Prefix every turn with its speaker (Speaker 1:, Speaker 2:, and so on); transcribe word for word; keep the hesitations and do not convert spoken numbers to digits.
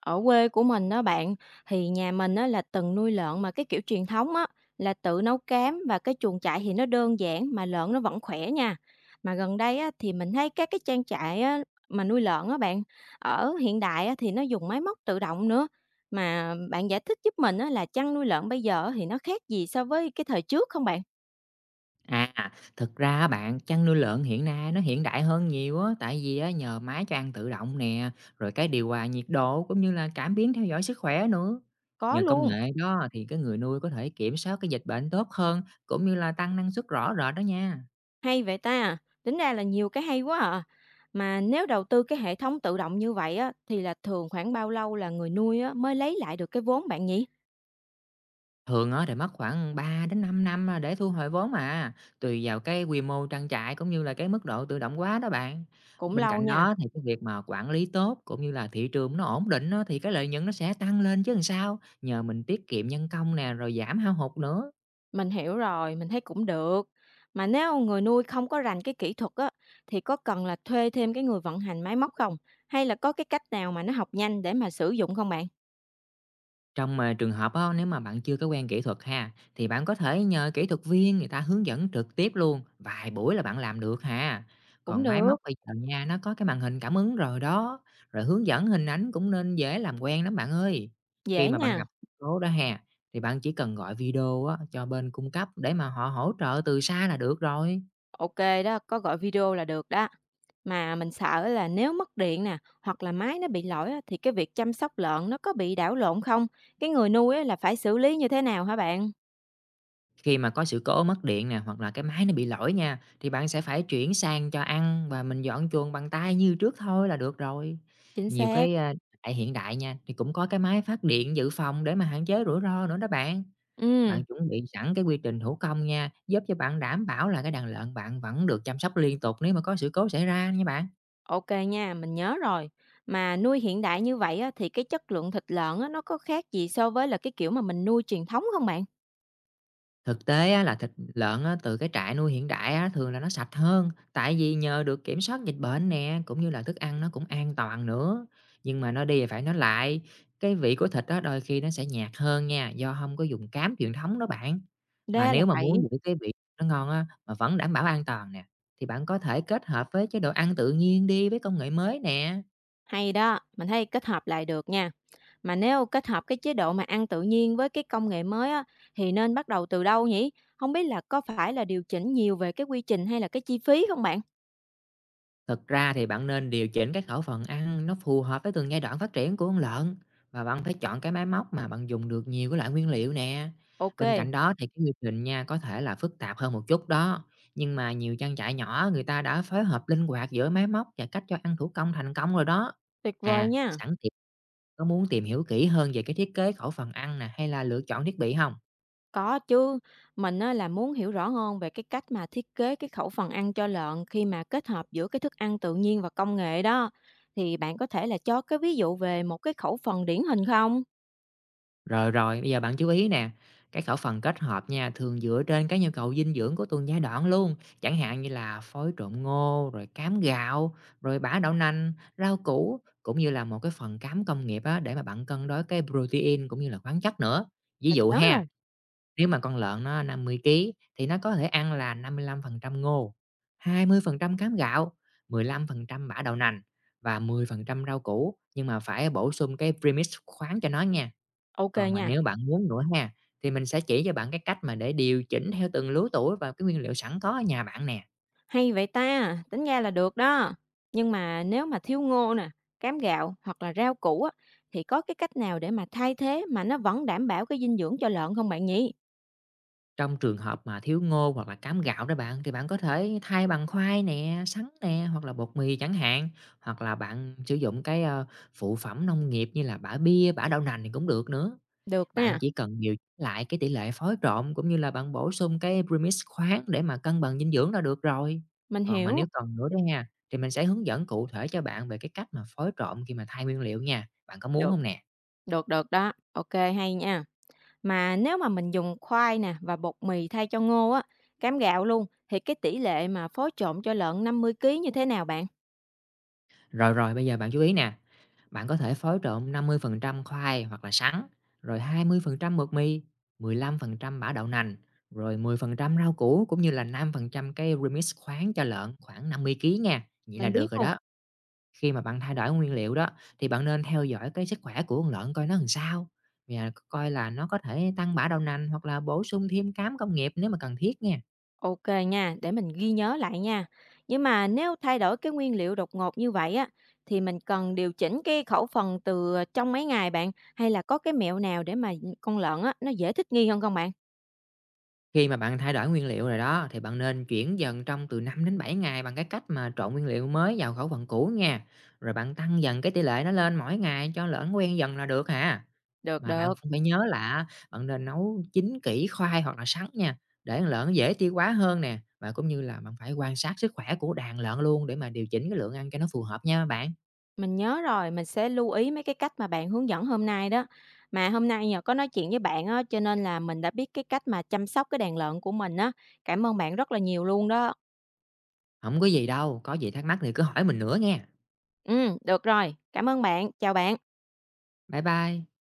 Speaker 1: Ở quê của mình đó bạn, thì nhà mình á là từng nuôi lợn mà cái kiểu truyền thống á là tự nấu cám và cái chuồng trại thì nó đơn giản mà lợn nó vẫn khỏe nha. Mà gần đây á thì mình thấy các cái trang trại á mà nuôi lợn á bạn, ở hiện đại á thì nó dùng máy móc tự động nữa. Mà bạn giải thích giúp mình á là chăn nuôi lợn bây giờ thì nó khác gì so với cái thời trước không bạn?
Speaker 2: À, thực ra á bạn, chăn nuôi lợn hiện nay nó hiện đại hơn nhiều á, tại vì á nhờ máy cho ăn tự động nè, rồi cái điều hòa nhiệt độ cũng như là cảm biến theo dõi sức khỏe nữa.
Speaker 1: Có
Speaker 2: Nhờ công
Speaker 1: luôn.
Speaker 2: nghệ đó thì cái người nuôi có thể kiểm soát cái dịch bệnh tốt hơn cũng như là tăng năng suất rõ rệt đó nha.
Speaker 1: Hay vậy ta! Tính ra là nhiều cái hay quá à! Mà nếu đầu tư cái hệ thống tự động như vậy á, thì là thường khoảng bao lâu là người nuôi á, mới lấy lại được cái vốn bạn nhỉ?
Speaker 2: Thường á, thì mất khoảng ba đến 5 năm, à, để thu hồi vốn mà tùy vào cái quy mô trang trại cũng như là cái mức độ tự động hóa đó bạn.
Speaker 1: Cũng
Speaker 2: Bên
Speaker 1: lâu
Speaker 2: cạnh
Speaker 1: nha,
Speaker 2: đó thì cái việc mà quản lý tốt cũng như là thị trường nó ổn định á, thì cái lợi nhuận nó sẽ tăng lên chứ làm sao, nhờ mình tiết kiệm nhân công nè, rồi giảm hao hụt nữa.
Speaker 1: mình hiểu rồi, mình thấy cũng được. Mà nếu người nuôi không có rành cái kỹ thuật á, thì có cần là thuê thêm cái người vận hành máy móc không? Hay là có cái cách nào mà nó học nhanh để mà sử dụng không bạn?
Speaker 2: Trong mà trường hợp á, nếu mà bạn chưa có quen kỹ thuật ha, thì bạn có thể nhờ kỹ thuật viên người ta hướng dẫn trực tiếp luôn, vài buổi là bạn làm được ha.
Speaker 1: Cũng
Speaker 2: Còn máy
Speaker 1: được,
Speaker 2: móc bây giờ nha, nó có cái màn hình cảm ứng rồi đó, rồi hướng dẫn hình ảnh cũng nên dễ làm quen lắm bạn ơi. Khi
Speaker 1: dễ
Speaker 2: mà bạn
Speaker 1: nha.
Speaker 2: gặp số đó ha, thì bạn chỉ cần gọi video á, cho bên cung cấp để mà họ hỗ trợ từ xa là được rồi.
Speaker 1: OK đó, có gọi video là được đó. Mà mình sợ là nếu mất điện nè, hoặc là máy nó bị lỗi á, thì cái việc chăm sóc lợn nó có bị đảo lộn không? Cái người nuôi á, là phải xử lý như thế nào hả bạn?
Speaker 2: Khi mà có sự cố mất điện nè, hoặc là cái máy nó bị lỗi nha, thì bạn sẽ phải chuyển sang cho ăn và mình dọn chuồng bằng tay như trước thôi là được rồi.
Speaker 1: Chính
Speaker 2: Nhiều
Speaker 1: xác.
Speaker 2: cái, a, tại hiện đại nha, thì cũng có cái máy phát điện dự phòng để mà hạn chế rủi ro nữa đó bạn.
Speaker 1: Ừ,
Speaker 2: Bạn chuẩn bị sẵn cái quy trình thủ công nha, giúp cho bạn đảm bảo là cái đàn lợn bạn vẫn được chăm sóc liên tục nếu mà có sự cố xảy ra nha bạn.
Speaker 1: OK nha, mình nhớ rồi. Mà nuôi hiện đại như vậy á, thì cái chất lượng thịt lợn á, nó có khác gì so với là cái kiểu mà mình nuôi truyền thống không bạn?
Speaker 2: Thực tế á, là thịt lợn á, từ cái trại nuôi hiện đại á, thường là nó sạch hơn, tại vì nhờ được kiểm soát dịch bệnh nè, cũng như là thức ăn nó cũng an toàn nữa. Nhưng mà nó đi thì phải nói lại, cái vị của thịt đó đôi khi nó sẽ nhạt hơn nha, do không có dùng cám truyền thống đó bạn. Mà
Speaker 1: Ra là
Speaker 2: nếu mà
Speaker 1: vậy.
Speaker 2: muốn giữ cái vị nó ngon á, mà vẫn đảm bảo an toàn nè, thì bạn có thể kết hợp với chế độ ăn tự nhiên đi với công nghệ mới nè.
Speaker 1: Hay đó, mình thấy kết hợp lại được nha. Mà nếu kết hợp cái chế độ mà ăn tự nhiên với cái công nghệ mới á, thì nên bắt đầu từ đâu nhỉ? Không biết là có phải là điều chỉnh nhiều về cái quy trình hay là cái chi phí không bạn?
Speaker 2: Thực ra thì bạn nên điều chỉnh cái khẩu phần ăn nó phù hợp với từng giai đoạn phát triển của con lợn và bạn phải chọn cái máy móc mà bạn dùng được nhiều cái loại nguyên liệu nè. Bên cạnh
Speaker 1: OK,
Speaker 2: đó thì cái quy trình nha có thể là phức tạp hơn một chút đó. Nhưng mà nhiều trang trại nhỏ người ta đã phối hợp linh hoạt giữa máy móc và cách cho ăn thủ công thành công rồi đó.
Speaker 1: tuyệt vời
Speaker 2: À,
Speaker 1: nha.
Speaker 2: sẵn tiện có muốn tìm hiểu kỹ hơn về cái thiết kế khẩu phần ăn nè hay là lựa chọn thiết bị không?
Speaker 1: Có chứ, mình á là muốn hiểu rõ hơn về cái cách mà thiết kế cái khẩu phần ăn cho lợn khi mà kết hợp giữa cái thức ăn tự nhiên và công nghệ đó. Thì bạn có thể là cho cái ví dụ về một cái khẩu phần điển hình không?
Speaker 2: Rồi, rồi, bây giờ bạn chú ý nè, cái khẩu phần kết hợp nha, thường dựa trên cái nhu cầu dinh dưỡng của từng giai đoạn luôn, chẳng hạn như là phối trộn ngô, rồi cám gạo, rồi bã đậu nành, rau củ, cũng như là một cái phần cám công nghiệp á, để mà bạn cân đối cái protein cũng như là khoáng chất nữa. Ví
Speaker 1: Mình
Speaker 2: dụ
Speaker 1: nhớ
Speaker 2: ha,
Speaker 1: rồi.
Speaker 2: nếu mà con lợn nó năm mươi ký thì nó có thể ăn là năm mươi lăm phần trăm ngô, hai mươi phần trăm cám gạo, mười lăm phần trăm bã đậu nành và mười phần trăm rau củ, nhưng mà phải bổ sung cái premix khoáng cho nó nha.
Speaker 1: OK
Speaker 2: Còn mà
Speaker 1: nha.
Speaker 2: nếu bạn muốn nữa ha, thì mình sẽ chỉ cho bạn cái cách mà để điều chỉnh theo từng lứa tuổi và cái nguyên liệu sẵn có ở nhà bạn nè.
Speaker 1: Hay vậy ta, tính ra là được đó. Nhưng mà nếu mà thiếu ngô nè, cám gạo hoặc là rau củ á, thì có cái cách nào để mà thay thế mà nó vẫn đảm bảo cái dinh dưỡng cho lợn không bạn nhỉ?
Speaker 2: Trong trường hợp mà thiếu ngô hoặc là cám gạo đó bạn, thì bạn có thể thay bằng khoai nè, sắn nè, hoặc là bột mì chẳng hạn. Hoặc là bạn sử dụng cái, ờ, phụ phẩm nông nghiệp như là bã bia, bã đậu nành thì cũng được nữa.
Speaker 1: Được
Speaker 2: Bạn
Speaker 1: nè,
Speaker 2: chỉ cần điều chỉnh lại cái tỷ lệ phối trộn cũng như là bạn bổ sung cái premix khoáng để mà cân bằng dinh dưỡng là được rồi.
Speaker 1: mình
Speaker 2: Còn mà
Speaker 1: hiểu.
Speaker 2: nếu cần nữa đó nha, thì mình sẽ hướng dẫn cụ thể cho bạn về cái cách mà phối trộn khi mà thay nguyên liệu nha. Bạn có muốn
Speaker 1: Được,
Speaker 2: không nè?
Speaker 1: được, được đó. Ok, hay nha. Mà nếu mà mình dùng khoai nè và bột mì thay cho ngô á, cám gạo luôn, thì cái tỷ lệ mà phối trộn cho lợn năm mươi ký như thế nào bạn?
Speaker 2: Rồi, rồi, bây giờ bạn chú ý nè. Bạn có thể phối trộn năm mươi phần trăm khoai hoặc là sắn, rồi hai mươi phần trăm bột mì, mười lăm phần trăm bã đậu nành, rồi mười phần trăm rau củ cũng như là năm phần trăm cái remix khoáng cho lợn khoảng năm mươi ký nha. Vậy là
Speaker 1: Mình biết
Speaker 2: được rồi
Speaker 1: không?
Speaker 2: đó. Khi mà bạn thay đổi nguyên liệu đó, thì bạn nên theo dõi cái sức khỏe của con lợn coi nó làm sao, và coi là nó có thể tăng bã đậu nành hoặc là bổ sung thêm cám công nghiệp nếu mà cần thiết nha.
Speaker 1: Ok nha, để mình ghi nhớ lại nha. Nhưng mà nếu thay đổi cái nguyên liệu đột ngột như vậy á, thì mình cần điều chỉnh cái khẩu phần từ trong mấy ngày bạn, hay là có cái mẹo nào để mà con lợn á, nó dễ thích nghi hơn không bạn?
Speaker 2: Khi mà bạn thay đổi nguyên liệu rồi đó, thì bạn nên chuyển dần trong từ năm đến bảy ngày bằng cái cách mà trộn nguyên liệu mới vào khẩu phần cũ nha. Rồi bạn tăng dần cái tỷ lệ nó lên mỗi ngày cho lợn quen dần là được hả?
Speaker 1: Được
Speaker 2: Mà bạn
Speaker 1: được,
Speaker 2: cũng phải nhớ là bạn nên nấu chín kỹ khoai hoặc là sắn nha, để con lợn nó dễ tiêu hóa hơn nè, và cũng như là bạn phải quan sát sức khỏe của đàn lợn luôn để mà điều chỉnh cái lượng ăn cho nó phù hợp nha bạn.
Speaker 1: mình nhớ rồi, mình sẽ lưu ý mấy cái cách mà bạn hướng dẫn hôm nay đó. Mà hôm nay nhờ có nói chuyện với bạn á, cho nên là mình đã biết cái cách mà chăm sóc cái đàn lợn của mình á. Cảm ơn bạn rất là nhiều luôn đó.
Speaker 2: Không có gì đâu, có gì thắc mắc thì cứ hỏi mình nữa nghe.
Speaker 1: Ừ, được rồi, cảm ơn bạn, chào bạn.
Speaker 2: Bye bye.